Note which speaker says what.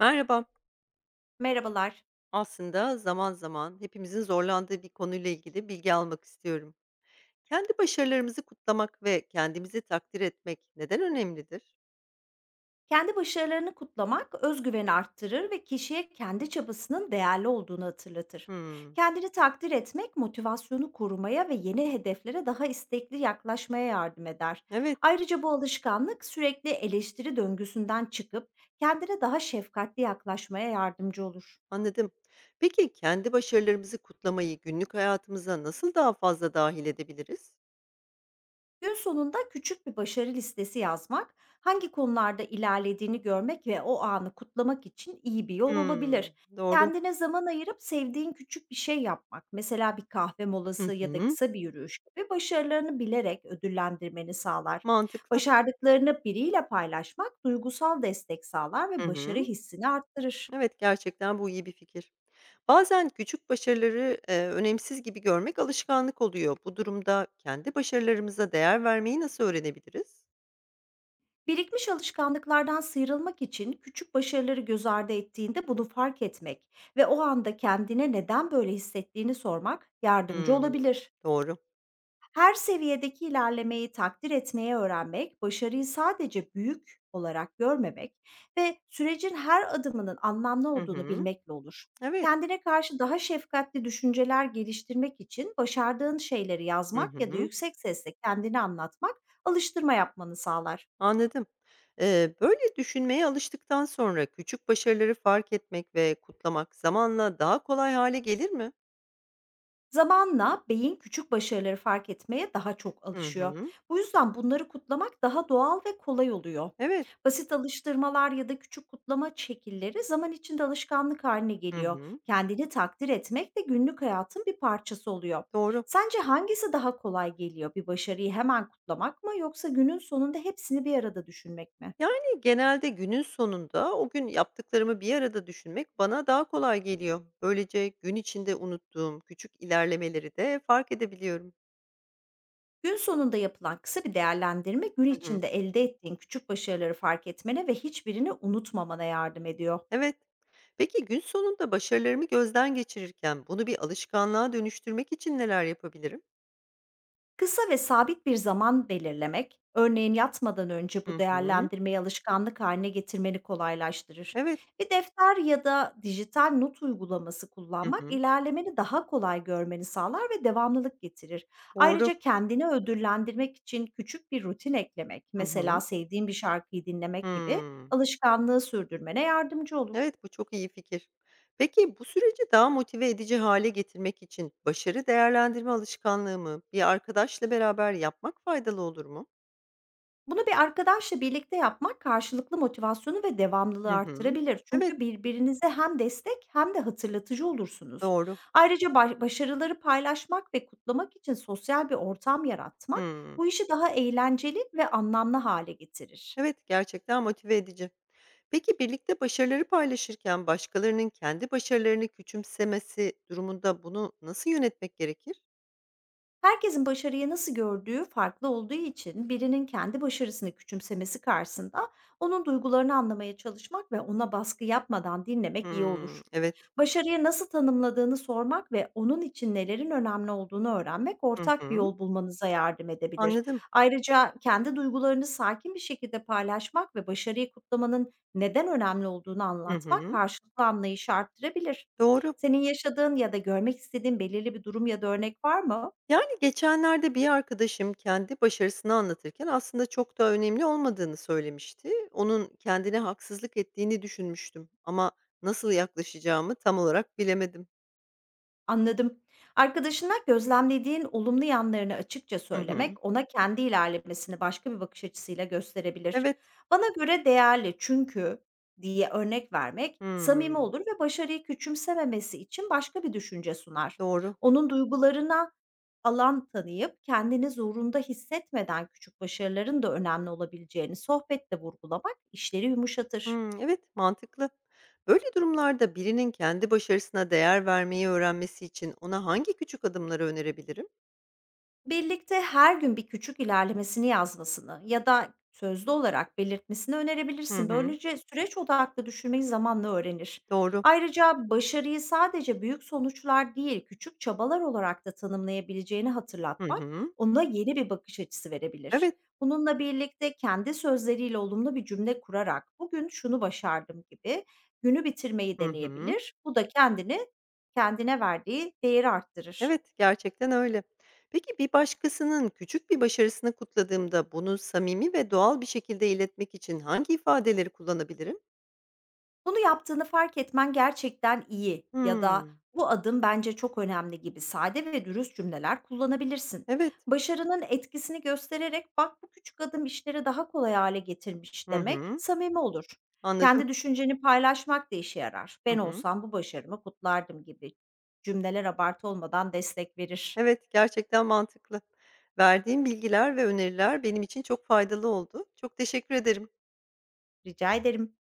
Speaker 1: Merhaba.
Speaker 2: Merhabalar.
Speaker 1: Aslında zaman zaman hepimizin zorlandığı bir konuyla ilgili bilgi almak istiyorum. Kendi başarılarımızı kutlamak ve kendimizi takdir etmek neden önemlidir?
Speaker 2: Kendi başarılarını kutlamak özgüveni arttırır ve kişiye kendi çabasının değerli olduğunu hatırlatır.
Speaker 1: Hmm,
Speaker 2: Kendini takdir etmek motivasyonu korumaya ve yeni hedeflere daha istekli yaklaşmaya yardım eder.
Speaker 1: evet,
Speaker 2: Ayrıca bu alışkanlık sürekli eleştiri döngüsünden çıkıp kendine daha şefkatli yaklaşmaya yardımcı olur.
Speaker 1: anladım. Peki kendi başarılarımızı kutlamayı günlük hayatımıza nasıl daha fazla dahil edebiliriz?
Speaker 2: Gün sonunda küçük bir başarı listesi yazmak, hangi konularda ilerlediğini görmek ve o anı kutlamak için iyi bir yol
Speaker 1: Hmm,
Speaker 2: olabilir.
Speaker 1: doğru.
Speaker 2: Kendine zaman ayırıp sevdiğin küçük bir şey yapmak, mesela bir kahve
Speaker 1: Hı
Speaker 2: molası ya da
Speaker 1: hı,
Speaker 2: kısa bir yürüyüş gibi, başarılarını bilerek ödüllendirmeni sağlar.
Speaker 1: mantıklı.
Speaker 2: Başardıklarını biriyle paylaşmak duygusal destek sağlar
Speaker 1: Hı
Speaker 2: ve başarı
Speaker 1: hı.
Speaker 2: hissini arttırır.
Speaker 1: Evet, gerçekten bu iyi bir fikir. Bazen küçük başarıları, önemsiz gibi görmek alışkanlık oluyor. Bu durumda kendi başarılarımıza değer vermeyi nasıl öğrenebiliriz?
Speaker 2: Birikmiş alışkanlıklardan sıyrılmak için küçük başarıları göz ardı ettiğinde bunu fark etmek ve o anda kendine neden böyle hissettiğini sormak yardımcı
Speaker 1: Hımm.
Speaker 2: olabilir.
Speaker 1: Doğru.
Speaker 2: Her seviyedeki ilerlemeyi takdir etmeye öğrenmek, başarıyı sadece büyük olarak görmemek ve sürecin her adımının anlamlı
Speaker 1: Hı
Speaker 2: olduğunu
Speaker 1: hı.
Speaker 2: bilmekle olur.
Speaker 1: Evet.
Speaker 2: Kendine karşı daha şefkatli düşünceler geliştirmek için başardığın şeyleri
Speaker 1: Hı
Speaker 2: yazmak ya da
Speaker 1: hı.
Speaker 2: yüksek sesle kendini anlatmak, alıştırma yapmanı sağlar.
Speaker 1: Anladım. Böyle düşünmeye alıştıktan sonra küçük başarıları fark etmek ve kutlamak zamanla daha kolay hale gelir mi?
Speaker 2: Zamanla beyin küçük başarıları fark etmeye daha çok
Speaker 1: Hı
Speaker 2: alışıyor.
Speaker 1: hı.
Speaker 2: Bu yüzden bunları kutlamak daha doğal ve kolay oluyor.
Speaker 1: Evet.
Speaker 2: Basit alıştırmalar ya da küçük kutlama şekilleri zaman içinde alışkanlık haline
Speaker 1: Hı
Speaker 2: geliyor.
Speaker 1: hı.
Speaker 2: Kendini takdir etmek de günlük hayatın bir parçası oluyor.
Speaker 1: Doğru.
Speaker 2: Sence hangisi daha kolay geliyor? Bir başarıyı hemen kutlamak mı, yoksa günün sonunda hepsini bir arada düşünmek mi?
Speaker 1: Yani, genelde günün sonunda o gün yaptıklarımı bir arada düşünmek bana daha kolay geliyor. Böylece gün içinde unuttuğum küçük ilerlemeleri de fark edebiliyorum.
Speaker 2: Gün sonunda yapılan kısa bir değerlendirme, gün
Speaker 1: Hı hı.
Speaker 2: içinde elde ettiğin küçük başarıları fark etmene ve hiçbirini unutmamana yardım ediyor.
Speaker 1: Evet. Peki gün sonunda başarılarımı gözden geçirirken bunu bir alışkanlığa dönüştürmek için neler yapabilirim?
Speaker 2: Kısa ve sabit bir zaman belirlemek, örneğin yatmadan önce, bu
Speaker 1: Hı hı.
Speaker 2: değerlendirmeyi alışkanlık haline getirmeni kolaylaştırır.
Speaker 1: Evet.
Speaker 2: Bir defter ya da dijital not uygulaması
Speaker 1: Hı
Speaker 2: kullanmak,
Speaker 1: hı.
Speaker 2: ilerlemeni daha kolay görmeni sağlar ve devamlılık getirir.
Speaker 1: Doğru.
Speaker 2: Ayrıca kendini ödüllendirmek için küçük bir rutin eklemek,
Speaker 1: Hı
Speaker 2: mesela
Speaker 1: hı.
Speaker 2: sevdiğin bir şarkıyı dinlemek gibi,
Speaker 1: Hıı.
Speaker 2: alışkanlığı sürdürmene yardımcı olur.
Speaker 1: Evet, bu çok iyi fikir. Peki bu süreci daha motive edici hale getirmek için başarı değerlendirme alışkanlığımı bir arkadaşla beraber yapmak faydalı olur mu?
Speaker 2: Bunu bir arkadaşla birlikte yapmak karşılıklı motivasyonu ve devamlılığı
Speaker 1: Hı hı.
Speaker 2: arttırabilir.
Speaker 1: Evet,
Speaker 2: Çünkü birbirinize hem destek hem de hatırlatıcı olursunuz.
Speaker 1: doğru.
Speaker 2: Ayrıca başarıları paylaşmak ve kutlamak için sosyal bir ortam yaratmak,
Speaker 1: Hımm.
Speaker 2: bu işi daha eğlenceli ve anlamlı hale getirir.
Speaker 1: Evet, gerçekten motive edici. Peki birlikte başarıları paylaşırken başkalarının kendi başarılarını küçümsemesi durumunda bunu nasıl yönetmek gerekir?
Speaker 2: Herkesin başarıyı nasıl gördüğü farklı olduğu için, birinin kendi başarısını küçümsemesi karşısında onun duygularını anlamaya çalışmak ve ona baskı yapmadan dinlemek iyi
Speaker 1: Hımm,
Speaker 2: olur.
Speaker 1: evet.
Speaker 2: Başarıyı nasıl tanımladığını sormak ve onun için nelerin önemli olduğunu öğrenmek,
Speaker 1: Hı
Speaker 2: ortak bir
Speaker 1: hı.
Speaker 2: yol bulmanıza yardım edebilir.
Speaker 1: Anladım.
Speaker 2: Ayrıca kendi duygularını sakin bir şekilde paylaşmak ve başarıyı kutlamanın neden önemli olduğunu
Speaker 1: Hı
Speaker 2: anlatmak,
Speaker 1: hı.
Speaker 2: karşılıklı anlayışı arttırabilir.
Speaker 1: Doğru.
Speaker 2: Senin yaşadığın ya da görmek istediğin belirli bir durum ya da örnek var mı?
Speaker 1: Yani geçenlerde bir arkadaşım kendi başarısını anlatırken aslında çok da önemli olmadığını söylemişti. Onun kendine haksızlık ettiğini düşünmüştüm ama nasıl yaklaşacağımı tam olarak bilemedim.
Speaker 2: Anladım. Arkadaşına gözlemlediğin olumlu yanlarını açıkça
Speaker 1: Hı hı.
Speaker 2: söylemek, ona kendi ilerlemesini başka bir bakış açısıyla gösterebilir.
Speaker 1: Evet.
Speaker 2: "Bana göre değerli çünkü" diye örnek vermek samimi
Speaker 1: Hmm,
Speaker 2: olur ve başarıyı küçümsememesi için başka bir düşünce sunar.
Speaker 1: doğru.
Speaker 2: Onun duygularına alan tanıyıp kendini zorunda hissetmeden, küçük başarıların da önemli olabileceğini sohbette vurgulamak işleri yumuşatır.
Speaker 1: Hmm, evet, mantıklı. Böyle durumlarda birinin kendi başarısına değer vermeyi öğrenmesi için ona hangi küçük adımları önerebilirim?
Speaker 2: Birlikte her gün bir küçük ilerlemesini yazmasını ya da sözlü olarak belirtmesini
Speaker 1: Hı
Speaker 2: önerebilirsin.
Speaker 1: hı.
Speaker 2: Böylece süreç odaklı düşünmeyi zamanla öğrenir.
Speaker 1: Doğru.
Speaker 2: Ayrıca başarıyı sadece büyük sonuçlar değil, küçük çabalar olarak da tanımlayabileceğini
Speaker 1: Hı
Speaker 2: hatırlatmak,
Speaker 1: hı.
Speaker 2: ona yeni bir bakış açısı verebilir.
Speaker 1: Evet.
Speaker 2: Bununla birlikte kendi sözleriyle olumlu bir cümle kurarak, "bugün şunu başardım" gibi, günü bitirmeyi
Speaker 1: Hı hı.
Speaker 2: deneyebilir. Bu da kendini, kendine verdiği değeri arttırır.
Speaker 1: Evet, gerçekten öyle. Peki bir başkasının küçük bir başarısını kutladığımda bunu samimi ve doğal bir şekilde iletmek için hangi ifadeleri kullanabilirim?
Speaker 2: "Bunu yaptığını fark etmen gerçekten iyi" ya da
Speaker 1: Hımm.
Speaker 2: "bu adım bence çok önemli" gibi sade ve dürüst cümleler kullanabilirsin.
Speaker 1: Evet.
Speaker 2: Başarının etkisini göstererek, "bak bu küçük adım işleri daha kolay hale getirmiş"
Speaker 1: Hı
Speaker 2: demek
Speaker 1: hı.
Speaker 2: samimi olur.
Speaker 1: Anladım.
Speaker 2: Kendi düşünceni paylaşmak da işe yarar.
Speaker 1: Hı
Speaker 2: "Ben
Speaker 1: hı.
Speaker 2: olsam bu başarımı kutlardım" gibi cümleler abartı olmadan destek verir.
Speaker 1: Evet, gerçekten mantıklı. Verdiğin bilgiler ve öneriler benim için çok faydalı oldu. Çok teşekkür ederim.
Speaker 2: Rica ederim.